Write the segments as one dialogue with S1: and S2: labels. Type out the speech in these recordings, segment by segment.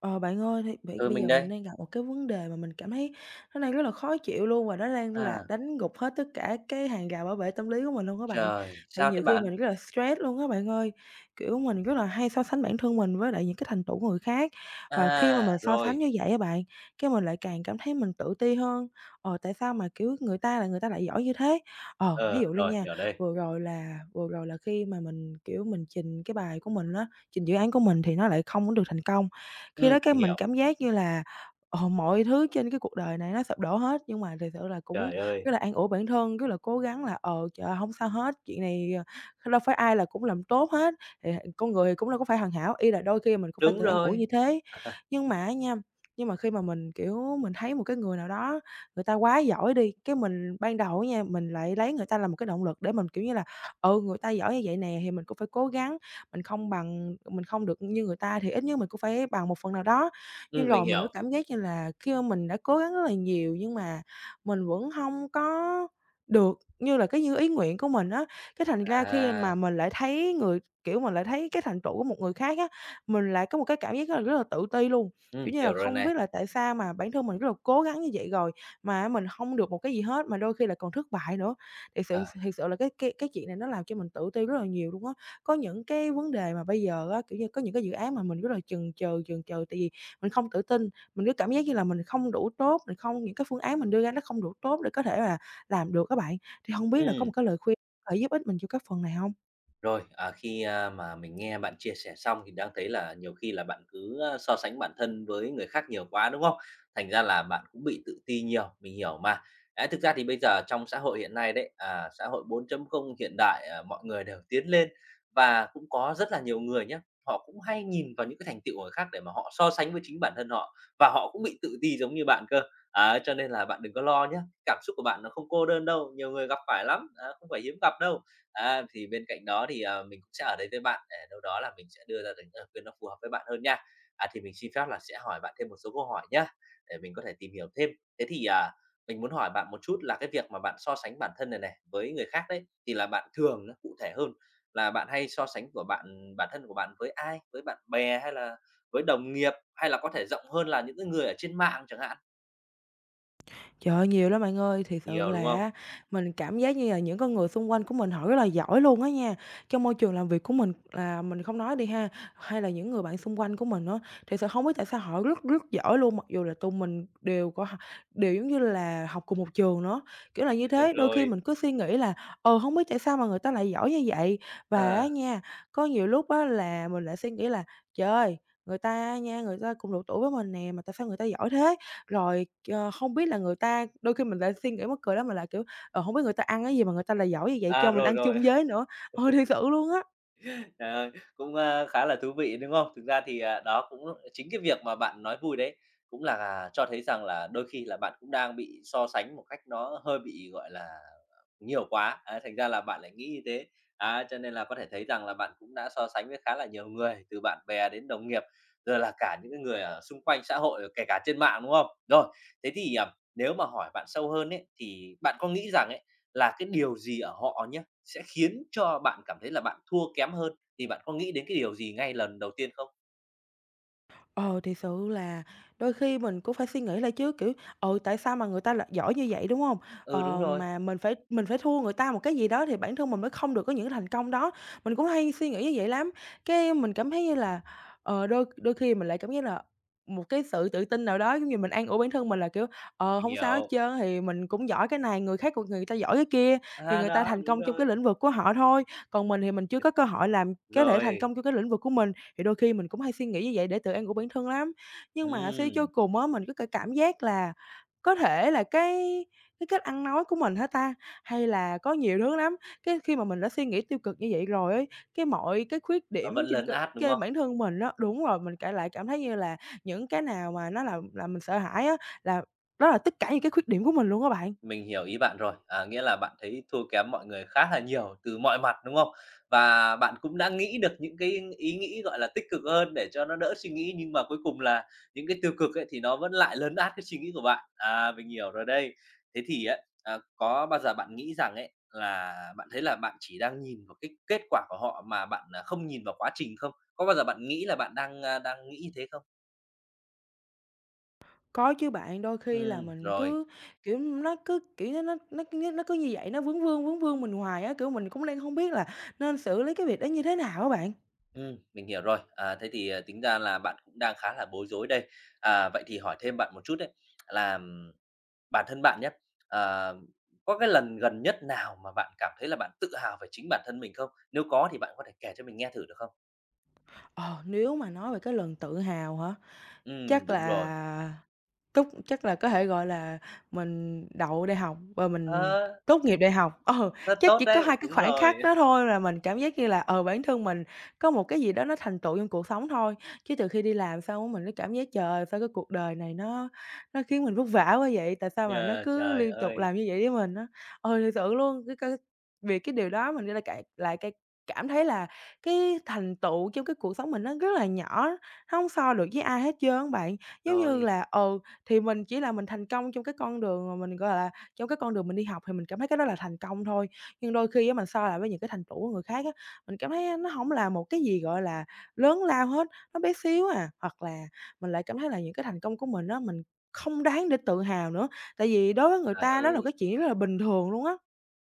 S1: Ờ, Bạn ơi, thì bị
S2: Ừ,
S1: bây
S2: mình
S1: giờ mình
S2: đây.
S1: đang gặp một cái vấn đề mà mình cảm thấy nó đang rất là khó chịu luôn và nó đang là
S2: À,
S1: đánh gục hết tất cả cái hàng rào bảo vệ tâm lý của mình luôn các bạn.
S2: trời,
S1: Thật
S2: sao
S1: nhiều
S2: thế
S1: khi
S2: bạn?
S1: mình rất là stress luôn á bạn ơi, kiểu, mình rất là hay so sánh bản thân mình với lại những cái thành tựu của người khác, và khi mà
S2: À,
S1: mình so sánh
S2: rồi,
S1: như vậy á bạn, cái mình lại càng cảm thấy mình tự ti hơn. Tại sao mà, kiểu, người ta là người ta lại giỏi như thế? Ví
S2: ờ,
S1: dụ lên
S2: rồi,
S1: nha,
S2: hiểu đây.
S1: vừa rồi là khi mà mình, kiểu, mình trình cái bài của mình á, trình dự án của mình thì nó lại không có được thành công. Khi đó cái
S2: Mình
S1: mình
S2: hiểu.
S1: cảm giác như là, mọi thứ trên cái cuộc đời này nó sụp đổ hết, nhưng mà thật sự là cũng
S2: Trời ơi,
S1: rất là an ủi bản thân, rất là cố gắng là "Ờ, trời ơi, hổng sao hết, chuyện này, ờ, đâu phải ai là cũng làm tốt hết, thì con người thì cũng đâu có phải hoàn hảo", y là đôi khi mình cũng phải
S2: đúng
S1: tự an ủi
S2: rồi,
S1: như thế. Nhưng mà nha, nhưng mà khi mà mình, kiểu, mình thấy một cái người nào đó người ta quá giỏi đi, cái mình ban đầu á nha, mình lại lấy người ta làm một cái động lực để mình, kiểu như là, "Ừ, người ta giỏi như vậy nè thì mình cũng phải cố gắng." Mình không được như người ta thì ít nhất mình cũng phải bằng một phần nào đó. Nhưng
S2: mình
S1: rồi mình cứ
S2: hiểu.
S1: cảm giác như là khi mà mình đã cố gắng rất là nhiều nhưng mà mình vẫn không có được như là như ý nguyện của mình á, cái thành ra khi
S2: À,
S1: mà mình lại thấy người kiểu, mình lại thấy cái thành tựu của một người khác á, mình lại có một cái cảm giác rất là tự ti luôn. Kiểu như là,
S2: hiểu rồi
S1: không
S2: này.
S1: biết là tại sao mà bản thân mình rất là cố gắng như vậy rồi mà mình không được một cái gì hết, mà đôi khi là còn thất bại nữa. Thì sự
S2: Trời,
S1: thiệt sự là cái chuyện này nó làm cho mình tự ti rất là nhiều luôn á. Có những cái vấn đề mà bây giờ á, kiểu như, có những cái dự án mà mình rất là chần chừ tại vì mình không tự tin, mình cứ cảm giác như là mình không đủ tốt, mình không những cái phương án mình đưa ra nó không đủ tốt để có thể là làm được các bạn. Thì không biết là có một
S2: ừm.
S1: cái lời khuyên có thể giúp ích mình cho các phần này không?
S2: Rồi, à, khi, mà mình nghe bạn chia sẻ xong thì đang thấy là nhiều khi là bạn cứ, so sánh bản thân với người khác nhiều quá, đúng không? Thành ra là bạn cũng bị tự ti nhiều, mình hiểu mà. Ấy, thực ra thì bây giờ trong xã hội hiện nay đấy, à, xã hội 4.0 hiện đại, à, mọi người đều tiến lên và cũng có rất là nhiều người nhé, họ cũng hay nhìn vào những cái thành tựu của người khác để mà họ so sánh với chính bản thân họ và họ cũng bị tự ti giống như bạn cơ. Ấy, cho nên là bạn đừng có lo nhé, cảm xúc của bạn nó không cô đơn đâu, nhiều người gặp phải lắm, á, không phải hiếm gặp đâu. Á, thì bên cạnh đó thì, ờ, mình cũng sẽ ở đấy với bạn để đâu đó là mình sẽ đưa ra những lời khuyên nó phù hợp với bạn hơn nha. À, thì mình xin phép là sẽ hỏi bạn thêm một số câu hỏi nhá, để mình có thể tìm hiểu thêm. Thế thì, à, mình muốn hỏi bạn một chút là cái việc mà bạn so sánh bản thân này này với người khác đấy, thì là bạn thường nó cụ thể hơn là bạn hay so sánh của bạn bản thân của bạn với ai? Với bạn bè hay là với đồng nghiệp, hay là có thể rộng hơn là những cái người ở trên mạng chẳng hạn?
S1: Trời ơi, nhiều lắm bạn ơi, thì sự
S2: Nhiều, đúng không?
S1: là mình cảm giác như là những con người xung quanh của mình họ rất là giỏi luôn á nha. Trong môi trường làm việc của mình là mình không nói đi ha, hay là những người bạn xung quanh của mình á, thì sự không biết tại sao họ rất giỏi luôn, mặc dù là tụi mình đều có đều, giống như là, học cùng một trường nữa. Kiểu là như thế, đôi khi
S2: Rồi,
S1: mình cứ suy nghĩ là, không biết tại sao mà người ta lại giỏi như vậy. Và á
S2: ờ,
S1: nha, có nhiều lúc á là mình lại suy nghĩ là "Trời ơi, người ta nha, người ta cùng độ tuổi với mình nè, mà tại sao người ta giỏi thế?" Rồi, hông biết là người ta đôi khi mình lại suy nghĩ mắc cười lắm, mình lại, kiểu, hông biết người ta ăn cái gì mà người ta lại giỏi như vậy,
S2: à,
S1: cho mình
S2: rồi,
S1: ăn chung
S2: rồi.
S1: với nữa. Ừ, thiệt sự luôn á.
S2: Trời ơi, cũng, khá là thú vị, đúng không? Thực ra thì, à, đó cũng chính cái việc mà bạn nói vui đấy cũng là à, cho thấy rằng là đôi khi là bạn cũng đang bị so sánh một cách nó hơi bị, gọi là, nhiều quá, á, thành ra là bạn lại nghĩ như thế. Á, cho nên là có thể thấy rằng là bạn cũng đã so sánh với khá là nhiều người, từ bạn bè đến đồng nghiệp, rồi là cả những cái người ở xung quanh xã hội, kể cả trên mạng, đúng không? Rồi, thế thì, à, nếu mà hỏi bạn sâu hơn ấy, thì bạn có nghĩ rằng ấy là cái điều gì ở họ nhé sẽ khiến cho bạn cảm thấy là bạn thua kém hơn? Thì bạn có nghĩ đến cái điều gì ngay lần đầu tiên không?
S1: Ờ, thì sự là đôi khi mình cũng phải suy nghĩ lại chứ, kiểu, tại sao mà người ta lại giỏi như vậy, đúng không?
S2: Ừ, đúng rồi.
S1: Mà mình phải thua người ta một cái gì đó thì bản thân mình mới không được có những thành công đó, mình cũng hay suy nghĩ như vậy lắm. Cái mình cảm thấy như là, đôi đôi khi mình lại cảm giác là một cái sự tự tin nào đó, giống như mình an ủi bản thân mình là, kiểu,
S2: Mình
S1: hông sao hết
S2: hiểu.
S1: trơn, thì mình cũng giỏi cái này, người khác cũng người ta giỏi cái kia, thì
S2: À,
S1: người ta
S2: đó,
S1: thành
S2: đúng
S1: công trong cái
S2: rồi.
S1: lĩnh vực của họ thôi, còn mình thì mình chưa có cơ hội làm có thể thành
S2: Rồi,
S1: công trong cái lĩnh vực của mình, thì đôi khi mình cũng hay suy nghĩ như vậy để tự an ủi bản thân lắm, nhưng mà suy cho
S2: ừm,
S1: cùng á, mình cứ cái cảm giác là có thể là cái cách ăn nói của mình hả ta? Hay là có nhiều thứ lắm, cái khi mà mình đã suy nghĩ tiêu cực như vậy rồi ấy, cái mọi cái khuyết
S2: nó
S1: điểm
S2: vẫn
S1: trên c
S2: lấn át, đúng
S1: trên
S2: không?
S1: bản thân mình đó đúng rồi, mình kể lại cảm thấy như là những cái nào mà nó là mình sợ hãi á, là đó là tất cả những cái khuyết điểm của mình luôn á bạn.
S2: Mình hiểu ý bạn rồi, à, nghĩa là bạn thấy thua kém mọi người khá là nhiều từ mọi mặt, đúng không? Và bạn cũng đã nghĩ được những cái ý nghĩ, gọi là, tích cực hơn để cho nó đỡ suy nghĩ, nhưng mà cuối cùng là những cái tiêu cực ấy thì nó vẫn lại lấn át cái suy nghĩ của bạn. À, mình hiểu rồi đây. Thế thì á, à, có bao giờ bạn nghĩ rằng ấy là bạn thấy là bạn chỉ đang nhìn vào cái kết quả của họ mà bạn, à, không nhìn vào quá trình không? Có bao giờ bạn nghĩ là bạn đang, đang nghĩ như thế không?
S1: Có chứ bạn, đôi khi là mình
S2: Rồi.
S1: cứ, kiểu, nó cứ, kiểu như, nó cứ như vậy, vướng vương mình hoài á, kiểu, mình cũng đang không biết là nên xử lý cái việc đó như thế nào á bạn.
S2: Mình hiểu rồi. À, thế thì, à, tính ra là bạn cũng đang khá là bối rối đây. À, vậy thì hỏi thêm bạn một chút đấy là, bản thân bạn nhé. Ờ, có cái lần gần nhất nào mà bạn cảm thấy là bạn tự hào về chính bản thân mình không? Nếu có thì bạn có thể kể cho mình nghe thử được không?
S1: Ờ, nếu mà nói về cái lần tự hào hả? Chắc
S2: Đúng rồi.
S1: là chắc là có thể gọi là mình đậu đại học và mình
S2: Ờ,
S1: tốt nghiệp đại học. Ờ,
S2: rất
S1: chắc
S2: tốt
S1: chỉ có
S2: đấy,
S1: hai cái
S2: đúng
S1: khoảnh
S2: rồi.
S1: khắc đó thôi là mình cảm giác như là, bản thân mình có một cái gì đó nó thành tựu trong cuộc sống thôi. Chứ từ khi đi làm xong á, mình mới cảm giác, trời ơi, sao cái cuộc đời này nó khiến mình vất vả quá vậy? Tại sao mà nó
S2: Ờ,
S1: cứ
S2: trời
S1: liên tục
S2: ơi!
S1: làm như vậy với mình á? Thiệt sự luôn, cái vì cái điều đó mình lại cải lại cái cảm thấy là cái thành tựu trong cái cuộc sống mình nó rất là nhỏ, nó hông so được với ai hết trơn á bạn. Giống như
S2: Rồi,
S1: là, ừ, thì mình chỉ là mình thành công trong cái con đường mà mình, gọi là, trong cái con đường mình đi học thì mình cảm thấy cái đó là thành công thôi. Nhưng đôi khi á mình so lại với những cái thành tựu của người khác á, mình cảm thấy nó hổng là một cái gì, gọi là, lớn lao hết, nó bé xíu à. Hoặc là mình lại cảm thấy là những cái thành công của mình á, mình không đáng để tự hào nữa, tại vì đối với người
S2: trời
S1: ta đó là
S2: ơi!
S1: cái chuyện rất là bình thường luôn á.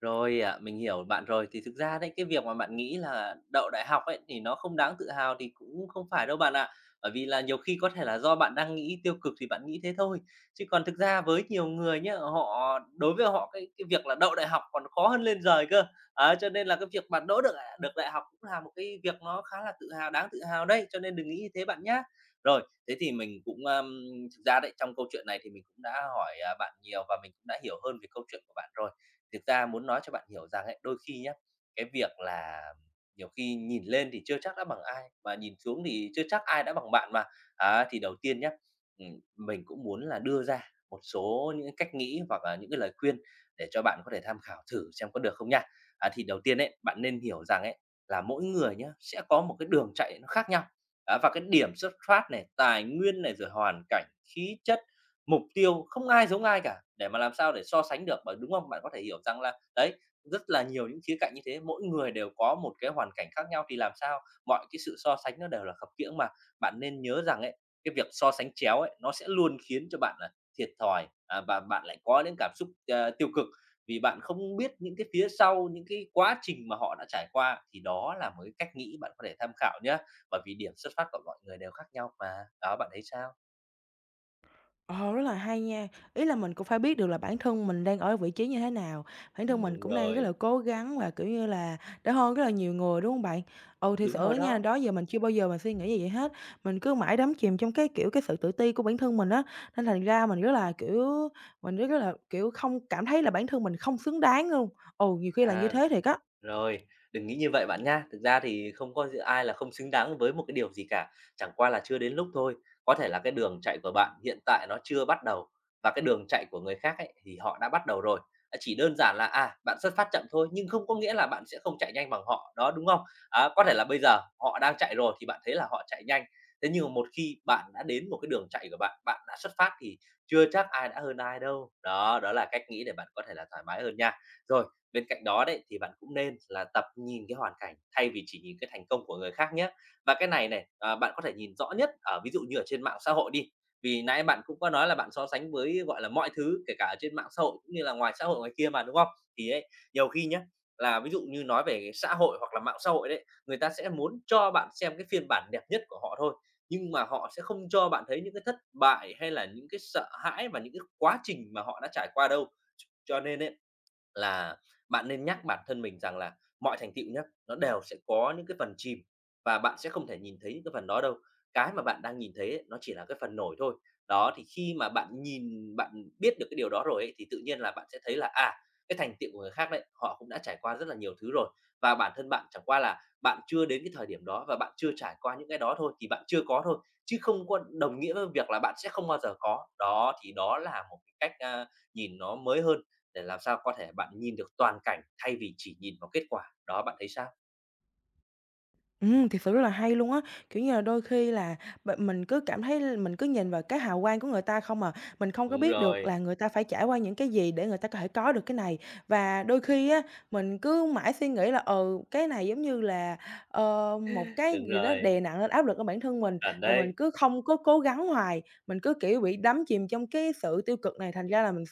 S2: Rồi, à, mình hiểu bạn rồi. Thì thực ra đấy, cái việc mà bạn nghĩ là đậu đại học ấy, thì nó không đáng tự hào thì cũng không phải đâu bạn ạ. Bởi vì là nhiều khi có thể là do bạn đang nghĩ tiêu cực thì bạn nghĩ thế thôi. Chứ còn thực ra với nhiều người nhá, họ đối với họ cái việc là đậu đại học còn khó hơn lên giời cơ. Ấy, cho nên là cái việc bạn đỗ được à, được đại học cũng là một cái việc nó khá là tự hào, đáng tự hào đấy, cho nên đừng nghĩ như thế bạn nhá. Rồi, thế thì mình cũng, thực ra đấy, trong câu chuyện này thì mình cũng đã hỏi, à, bạn nhiều và mình cũng đã hiểu hơn về câu chuyện của bạn rồi. Thực ra muốn nói cho bạn hiểu rằng ấy, đôi khi nhé cái việc là nhiều khi nhìn lên thì chưa chắc đã bằng ai, mà nhìn xuống thì chưa chắc ai đã bằng bạn mà. Á, thì đầu tiên nhé ừm, mình cũng muốn là đưa ra một số những cái cách nghĩ hoặc là những cái lời khuyên để cho bạn có thể tham khảo thử xem có được không nha. À, thì đầu tiên ấy, bạn nên hiểu rằng ấy, là mỗi người nhé sẽ có một cái đường chạy nó khác nhau. Á, và cái điểm xuất phát này, tài nguyên này, rồi hoàn cảnh, khí chất, mục tiêu không ai giống ai cả để mà làm sao để so sánh được bởi đúng không bạn có thể hiểu rằng là đấy rất là nhiều những khía cạnh như thế mỗi người đều có một cái hoàn cảnh khác nhau thì làm sao mọi cái sự so sánh nó đều là khập khiễng mà bạn nên nhớ rằng ấy cái việc so sánh chéo ấy nó sẽ luôn khiến cho bạn là thiệt thòi à, và bạn lại có những cảm xúc à, tiêu cực vì bạn không biết những cái phía sau những cái quá trình mà họ đã trải qua thì đó là một cái cách nghĩ bạn có thể tham khảo nhé bởi vì điểm xuất phát của mọi người đều khác nhau mà đó bạn thấy sao.
S1: Ờ, rất là hay nha. Ý là mình cũng phải biết được là bản thân mình đang ở vị trí như thế nào, bản
S2: Ừ,
S1: thân mình
S2: đúng
S1: cũng đang rất là
S2: rồi.
S1: cố gắng và, kiểu như là, đã hơn rất là nhiều người, đúng không bạn? Ừ, thì
S2: Đúng
S1: sự
S2: rồi
S1: nha,
S2: đó.
S1: đó giờ mình chưa bao giờ mình suy nghĩ về vậy hết, mình cứ mãi đắm chìm trong cái, kiểu, cái sự tự ti của bản thân mình á, nên thành ra mình rất là, kiểu, không cảm thấy là bản thân mình không xứng đáng luôn. Ừ, nhiều khi là như
S2: À,
S1: thế thiệt á.
S2: rồi, đừng nghĩ như vậy bạn nha. Thực ra thì không có gì ai là không xứng đáng với một cái điều gì cả, chẳng qua là chưa đến lúc thôi. Có thể là cái đường chạy của bạn hiện tại nó chưa bắt đầu và cái đường chạy của người khác ấy, thì họ đã bắt đầu rồi. À, chỉ đơn giản là, à, bạn xuất phát chậm thôi, nhưng không có nghĩa là bạn sẽ không chạy nhanh bằng họ, đó, đúng không? Á, có thể là bây giờ họ đang chạy rồi thì bạn thấy là họ chạy nhanh, thế nhưng mà một khi bạn đã đến một cái đường chạy của bạn, bạn đã xuất phát thì chưa chắc ai đã hơn ai đâu. Đó, đó là cách nghĩ để bạn có thể là thoải mái hơn nha. Rồi. Bên cạnh đó đấy thì bạn cũng nên là tập nhìn cái hoàn cảnh thay vì chỉ nhìn cái thành công của người khác nhé. Và cái này này, à, bạn có thể nhìn rõ nhất ở ví dụ như ở trên mạng xã hội đi, vì nãy bạn cũng có nói là bạn so sánh với, gọi là, mọi thứ kể cả ở trên mạng xã hội cũng như là ngoài xã hội ngoài kia mà, đúng không? Thì ấy, nhiều khi nhé là ví dụ như nói về cái xã hội hoặc là mạng xã hội đấy, người ta sẽ muốn cho bạn xem cái phiên bản đẹp nhất của họ thôi, nhưng mà họ sẽ không cho bạn thấy những cái thất bại hay là những cái sợ hãi và những cái quá trình mà họ đã trải qua đâu. Cho nên ấy là bạn nên nhắc bản thân mình rằng là mọi thành tựu nhá, nó đều sẽ có những cái phần chìm và bạn sẽ không thể nhìn thấy những cái phần đó đâu. Cái mà bạn đang nhìn thấy ấy, nó chỉ là cái phần nổi thôi. Đó, thì khi mà bạn nhìn bạn biết được cái điều đó rồi ấy, thì tự nhiên là bạn sẽ thấy là, à, cái thành tựu của người khác đấy, họ cũng đã trải qua rất là nhiều thứ rồi và bản thân bạn chẳng qua là bạn chưa đến cái thời điểm đó và bạn chưa trải qua những cái đó thôi, thì bạn chưa có thôi, chứ không có đồng nghĩa với việc là bạn sẽ không bao giờ có. Đó, thì đó là một cái cách, nhìn nó mới hơn để làm sao có thể bạn nhìn được toàn cảnh thay vì chỉ nhìn vào kết quả. Đó, bạn thấy sao?
S1: Thiệt sự rất là hay luôn á, kiểu như là, đôi khi là mình cứ cảm thấy mình cứ nhìn vào cái hào quang của người ta không à, mình không có
S2: Đúng
S1: biết được
S2: rồi,
S1: là người ta phải trải qua những cái gì để người ta có thể có được cái này. Và đôi khi á, mình cứ mãi suy nghĩ là, ừ, cái này giống như là, một cái
S2: đúng
S1: gì đó đè
S2: rồi,
S1: nặng lên áp lực lên bản thân mình,
S2: chuẩn
S1: và mình
S2: đấy.
S1: cứ không có cố gắng hoài, mình cứ, kiểu, bị đắm chìm trong cái sự tiêu cực này, thành ra là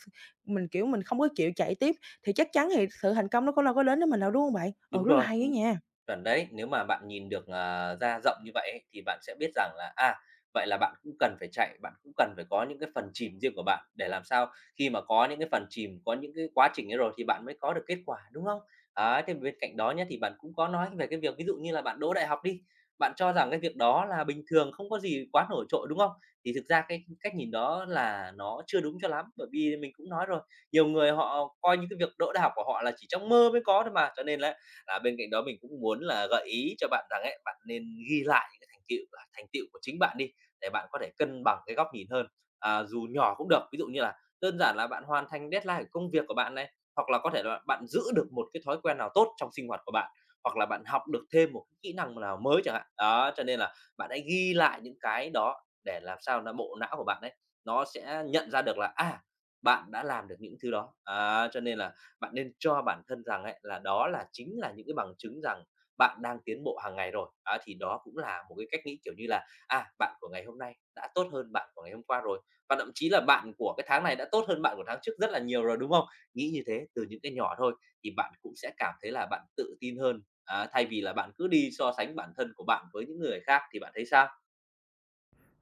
S1: mình, kiểu, mình không có chịu chạy tiếp, thì chắc chắn thì sự thành công nó cũng đâu có đến với mình đâu, đúng không bạn? Ừ,
S2: Đúng
S1: rất là
S2: rồi,
S1: hay á nha.
S2: chuẩn đấy, nếu mà bạn nhìn được, à, ra rộng như vậy ấy, thì bạn sẽ biết rằng là, à, vậy là bạn cũng cần phải chạy, bạn cũng cần phải có những cái phần chìm riêng của bạn, để làm sao khi mà có những cái phần chìm, có những cái quá trình ấy rồi thì bạn mới có được kết quả, đúng không? Ấy, thế bên cạnh đó nhé thì bạn cũng có nói về cái việc ví dụ như là bạn đỗ đại học đi, bạn cho rằng cái việc đó là bình thường, không có gì quá nổi trội, đúng không? Thì thực ra cái cách nhìn đó là nó chưa đúng cho lắm, bởi vì mình cũng nói rồi, nhiều người họ coi những cái việc đỗ đại học của họ là chỉ trong mơ mới có thôi mà, cho nên là à, bên cạnh đó mình cũng muốn là gợi ý cho bạn rằng ấy, bạn nên ghi lại những cái thành tựu à, thành tựu của chính bạn đi, để bạn có thể cân bằng cái góc nhìn hơn. À, dù nhỏ cũng được, ví dụ như là đơn giản là bạn hoàn thành deadline của công việc của bạn này, hoặc là có thể là bạn giữ được một cái thói quen nào tốt trong sinh hoạt của bạn, hoặc là bạn học được thêm một cái kỹ năng nào mới chẳng hạn. Đó, cho nên là bạn hãy ghi lại những cái đó để làm sao là bộ não của bạn ấy, nó sẽ nhận ra được là, à, bạn đã làm được những thứ đó. À, cho nên là bạn nên cho bản thân rằng ấy là đó là chính là những cái bằng chứng rằng bạn đang tiến bộ hàng ngày rồi. Á, thì đó cũng là một cái cách nghĩ, kiểu như là, à, bạn của ngày hôm nay đã tốt hơn bạn của ngày hôm qua rồi, và thậm chí là bạn của cái tháng này đã tốt hơn bạn của tháng trước rất là nhiều rồi, đúng không? Nghĩ như thế từ những cái nhỏ thôi thì bạn cũng sẽ cảm thấy là bạn tự tin hơn, á, thay vì là bạn cứ đi so sánh bản thân của bạn với những người khác thì bạn thấy sao?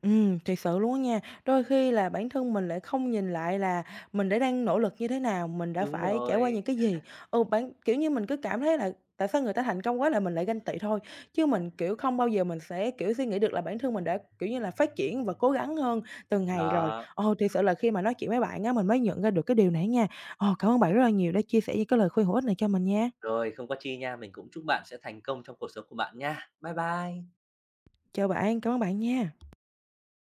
S1: Thiệt sự luôn á nha. Đôi khi là bản thân mình lại không nhìn lại là mình đã đang nỗ lực như thế nào, mình đã
S2: Đúng
S1: phải trải qua
S2: rồi.
S1: những cái gì. Ừ, kiểu như, mình cứ cảm thấy là tại sao người ta thành công quá là mình lại ganh tị thôi, chứ mình, kiểu, không bao giờ mình sẽ, kiểu, suy nghĩ được là bản thân mình đã, kiểu như là, phát triển và cố gắng hơn từng ngày rồi.
S2: Đó,
S1: Ồ, thiệt sự là khi mà nói chuyện với bạn á, mình mới nhận ra được cái điều này nha. Ồ, cảm ơn bạn rất là nhiều đã chia sẻ những cái lời khuyên hữu ích này cho mình nha.
S2: rồi không có chi nha, mình cũng chúc bạn sẽ thành công trong cuộc sống của bạn nha. Bye bye.
S1: Chào bạn, cảm ơn bạn nha.